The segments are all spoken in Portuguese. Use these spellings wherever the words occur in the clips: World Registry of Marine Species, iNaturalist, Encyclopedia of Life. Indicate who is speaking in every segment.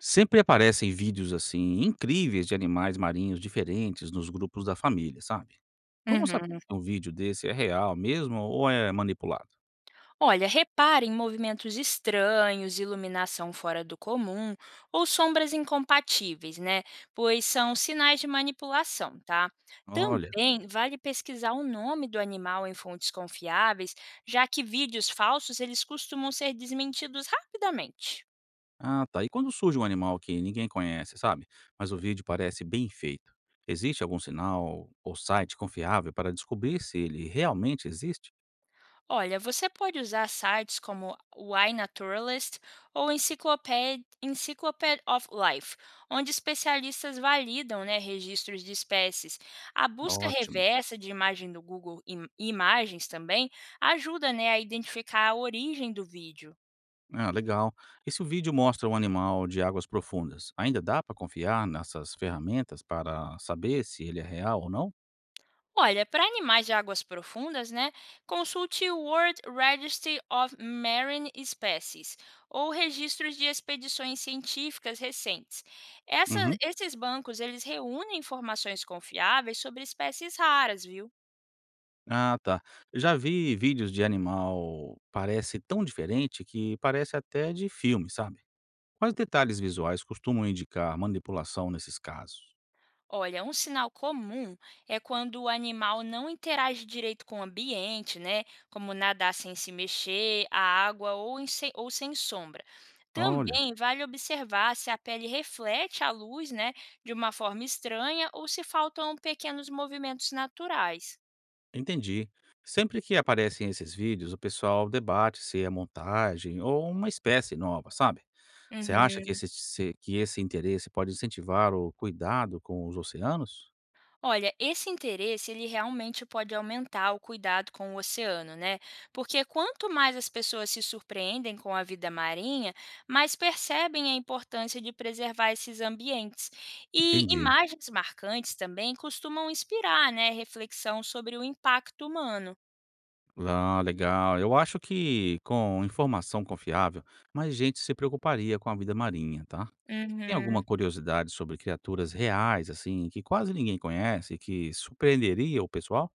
Speaker 1: Sempre aparecem vídeos, assim, incríveis de animais marinhos diferentes nos grupos da família, sabe? Como saber
Speaker 2: Uhum.
Speaker 1: se um vídeo desse é real mesmo ou é manipulado?
Speaker 2: Olha, repare em movimentos estranhos, iluminação fora do comum ou sombras incompatíveis, né? Pois são sinais de manipulação, tá?
Speaker 1: Olha,
Speaker 2: Também vale pesquisar o nome do animal em fontes confiáveis, já que vídeos falsos eles costumam ser desmentidos rapidamente.
Speaker 1: ah tá. E quando surge um animal que ninguém conhece, sabe? Mas o vídeo parece bem feito. Existe algum sinal ou site confiável para descobrir se ele realmente existe?
Speaker 2: Olha, você pode usar sites como o iNaturalist ou Encyclopedia of Life, onde especialistas validam, né, registros de espécies. A busca
Speaker 1: Ótimo.
Speaker 2: reversa de imagem do Google Imagens também ajuda, né, a identificar a origem do vídeo.
Speaker 1: Ah, legal. E se o vídeo mostra um animal de águas profundas, ainda dá para confiar nessas ferramentas para saber se ele é real ou não?
Speaker 2: Olha, para animais de águas profundas, né, consulte o World Registry of Marine Species ou registros de expedições científicas recentes.
Speaker 1: Uhum.
Speaker 2: Esses bancos, eles reúnem informações confiáveis sobre espécies raras, viu?
Speaker 1: Ah, tá. Eu já vi vídeos de animal parece tão diferente que parece até de filme, sabe? Quais detalhes visuais costumam indicar manipulação nesses casos?
Speaker 2: Olha, um sinal comum é quando o animal não interage direito com o ambiente, né? Como nadar sem se mexer, a água ou, ou sem sombra.
Speaker 1: Olha,
Speaker 2: Também vale observar se a pele reflete a luz, né, de uma forma estranha ou se faltam pequenos movimentos naturais.
Speaker 1: entendi. Sempre que aparecem esses vídeos, o pessoal debate se é montagem ou uma espécie nova, sabe? Você acha que
Speaker 2: Uhum.
Speaker 1: esse, se- que esse interesse pode incentivar o cuidado com os oceanos?
Speaker 2: Olha, esse interesse ele realmente pode aumentar o cuidado com o oceano, né? Porque quanto mais as pessoas se surpreendem com a vida marinha, mais percebem a importância de preservar esses ambientes. E
Speaker 1: Entendi.
Speaker 2: imagens marcantes também costumam inspirar, né, reflexão sobre o impacto humano.
Speaker 1: Ah, legal. Eu acho que com informação confiável, mais gente se preocuparia com a vida marinha, tá? Tem alguma
Speaker 2: Uhum.
Speaker 1: curiosidade sobre criaturas reais, assim, que quase ninguém conhece e que surpreenderia o pessoal?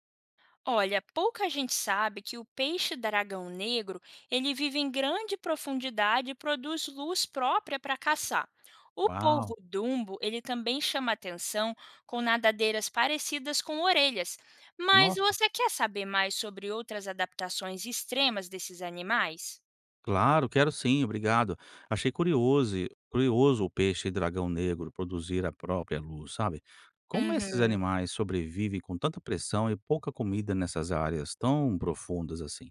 Speaker 2: Olha, pouca gente sabe que o peixe dragão negro, ele vive em grande profundidade e produz luz própria para caçar. O polvo
Speaker 1: Uau!
Speaker 2: dumbo, ele também chama atenção com nadadeiras parecidas com orelhas. Mas
Speaker 1: Nossa!
Speaker 2: você quer saber mais sobre outras adaptações extremas desses animais?
Speaker 1: Claro, quero sim, obrigado. Achei curioso o peixe dragão negro produzir a própria luz, sabe? Como esses
Speaker 2: Uhum.
Speaker 1: animais sobrevivem com tanta pressão e pouca comida nessas áreas tão profundas assim?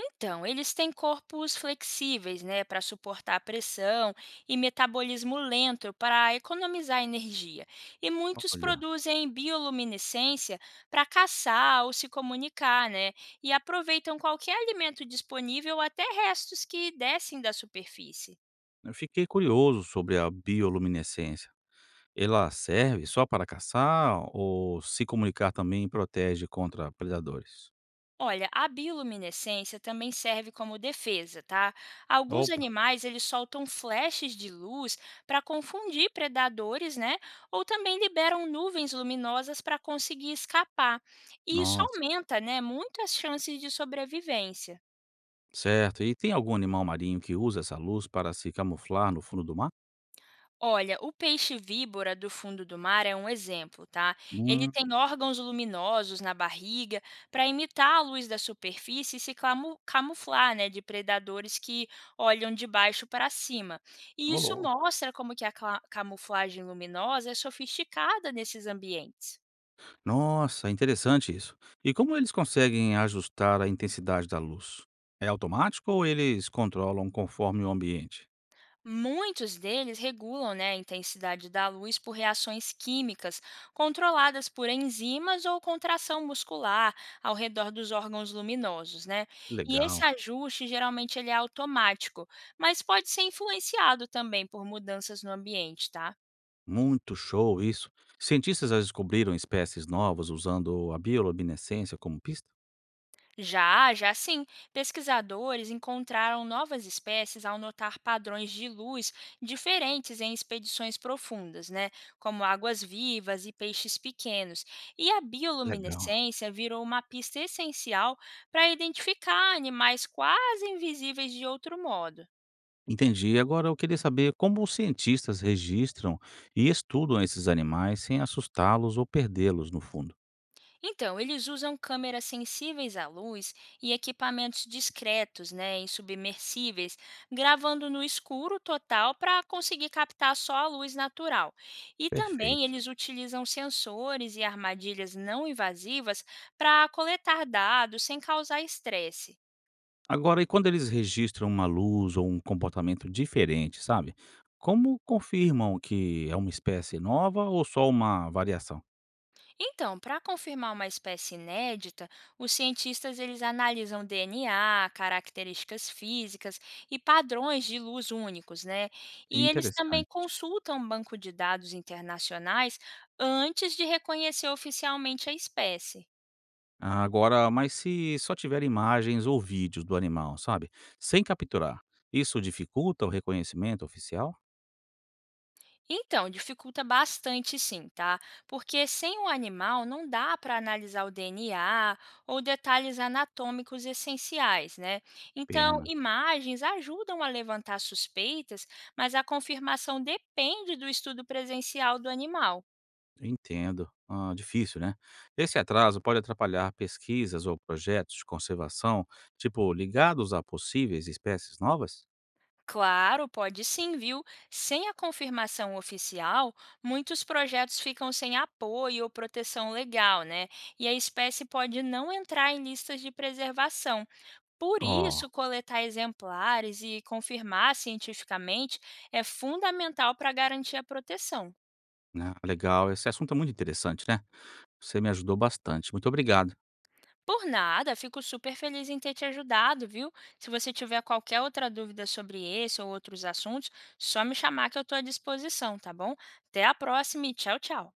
Speaker 2: Então, eles têm corpos flexíveis, né, para suportar a pressão e metabolismo lento para economizar energia. E muitos
Speaker 1: Olha.
Speaker 2: produzem bioluminescência para caçar ou se comunicar, né? E aproveitam qualquer alimento disponível, até restos que descem da superfície.
Speaker 1: Eu fiquei curioso sobre a bioluminescência. Ela serve só para caçar ou se comunicar também protege contra predadores?
Speaker 2: Olha, a bioluminescência também serve como defesa, tá? Alguns
Speaker 1: Opa,
Speaker 2: animais eles soltam flashes de luz para confundir predadores, né? Ou também liberam nuvens luminosas para conseguir escapar. E isso
Speaker 1: nossa,
Speaker 2: aumenta, né, muito as chances de sobrevivência.
Speaker 1: certo. E tem algum animal marinho que usa essa luz para se camuflar no fundo do mar?
Speaker 2: Olha, o peixe-víbora do fundo do mar é um exemplo, tá? Ele
Speaker 1: Hum,
Speaker 2: tem órgãos luminosos na barriga para imitar a luz da superfície e se camuflar, né, de predadores que olham de baixo para cima. E
Speaker 1: ô
Speaker 2: isso
Speaker 1: louco.
Speaker 2: mostra como que a camuflagem luminosa é sofisticada nesses ambientes.
Speaker 1: Nossa, interessante isso. E como eles conseguem ajustar a intensidade da luz? É automático ou eles controlam conforme o ambiente?
Speaker 2: Muitos deles regulam, né, a intensidade da luz por reações químicas, controladas por enzimas ou contração muscular ao redor dos órgãos luminosos. Né? E esse
Speaker 1: Legal.
Speaker 2: ajuste geralmente ele é automático, mas pode ser influenciado também por mudanças no ambiente, tá?
Speaker 1: Muito show isso. Cientistas já descobriram espécies novas usando a bioluminescência como pista?
Speaker 2: Já sim, pesquisadores encontraram novas espécies ao notar padrões de luz diferentes em expedições profundas, né, como águas vivas e peixes pequenos. E a
Speaker 1: Legal.
Speaker 2: bioluminescência virou uma pista essencial para identificar animais quase invisíveis de outro modo.
Speaker 1: Entendi. Agora eu queria saber como os cientistas registram e estudam esses animais sem assustá-los ou perdê-los no fundo.
Speaker 2: Então, eles usam câmeras sensíveis à luz e equipamentos discretos, né, e submersíveis, gravando no escuro total para conseguir captar só a luz natural. E também
Speaker 1: Perfeito.
Speaker 2: eles utilizam sensores e armadilhas não invasivas para coletar dados sem causar estresse.
Speaker 1: Agora, e quando eles registram uma luz ou um comportamento diferente, sabe? Como confirmam que é uma espécie nova ou só uma variação?
Speaker 2: Então, para confirmar uma espécie inédita, os cientistas eles analisam DNA, características físicas e padrões de luz únicos, né? E eles também
Speaker 1: Interessante.
Speaker 2: consultam um banco de dados internacionais antes de reconhecer oficialmente a espécie.
Speaker 1: Ah, agora, mas se só tiver imagens ou vídeos do animal, sabe, sem capturar, isso dificulta o reconhecimento oficial?
Speaker 2: Então, dificulta bastante sim, tá? Porque sem o animal não dá para analisar o DNA ou detalhes anatômicos essenciais, né? Então,
Speaker 1: Pena,
Speaker 2: imagens ajudam a levantar suspeitas, mas a confirmação depende do estudo presencial do animal.
Speaker 1: entendo. Ah, difícil, né? Esse atraso pode atrapalhar pesquisas ou projetos de conservação, tipo, ligados a possíveis espécies novas?
Speaker 2: Claro, pode sim, viu? Sem a confirmação oficial, muitos projetos ficam sem apoio ou proteção legal, né? E a espécie pode não entrar em listas de preservação. Por
Speaker 1: Ó,
Speaker 2: isso, coletar exemplares e confirmar cientificamente é fundamental para garantir a proteção.
Speaker 1: né? Legal, esse assunto é muito interessante, né? Você me ajudou bastante. Muito obrigado.
Speaker 2: Por nada, fico super feliz em ter te ajudado, viu? Se você tiver qualquer outra dúvida sobre esse ou outros assuntos, só me chamar que eu estou à disposição, tá bom? Até a próxima e tchau, tchau.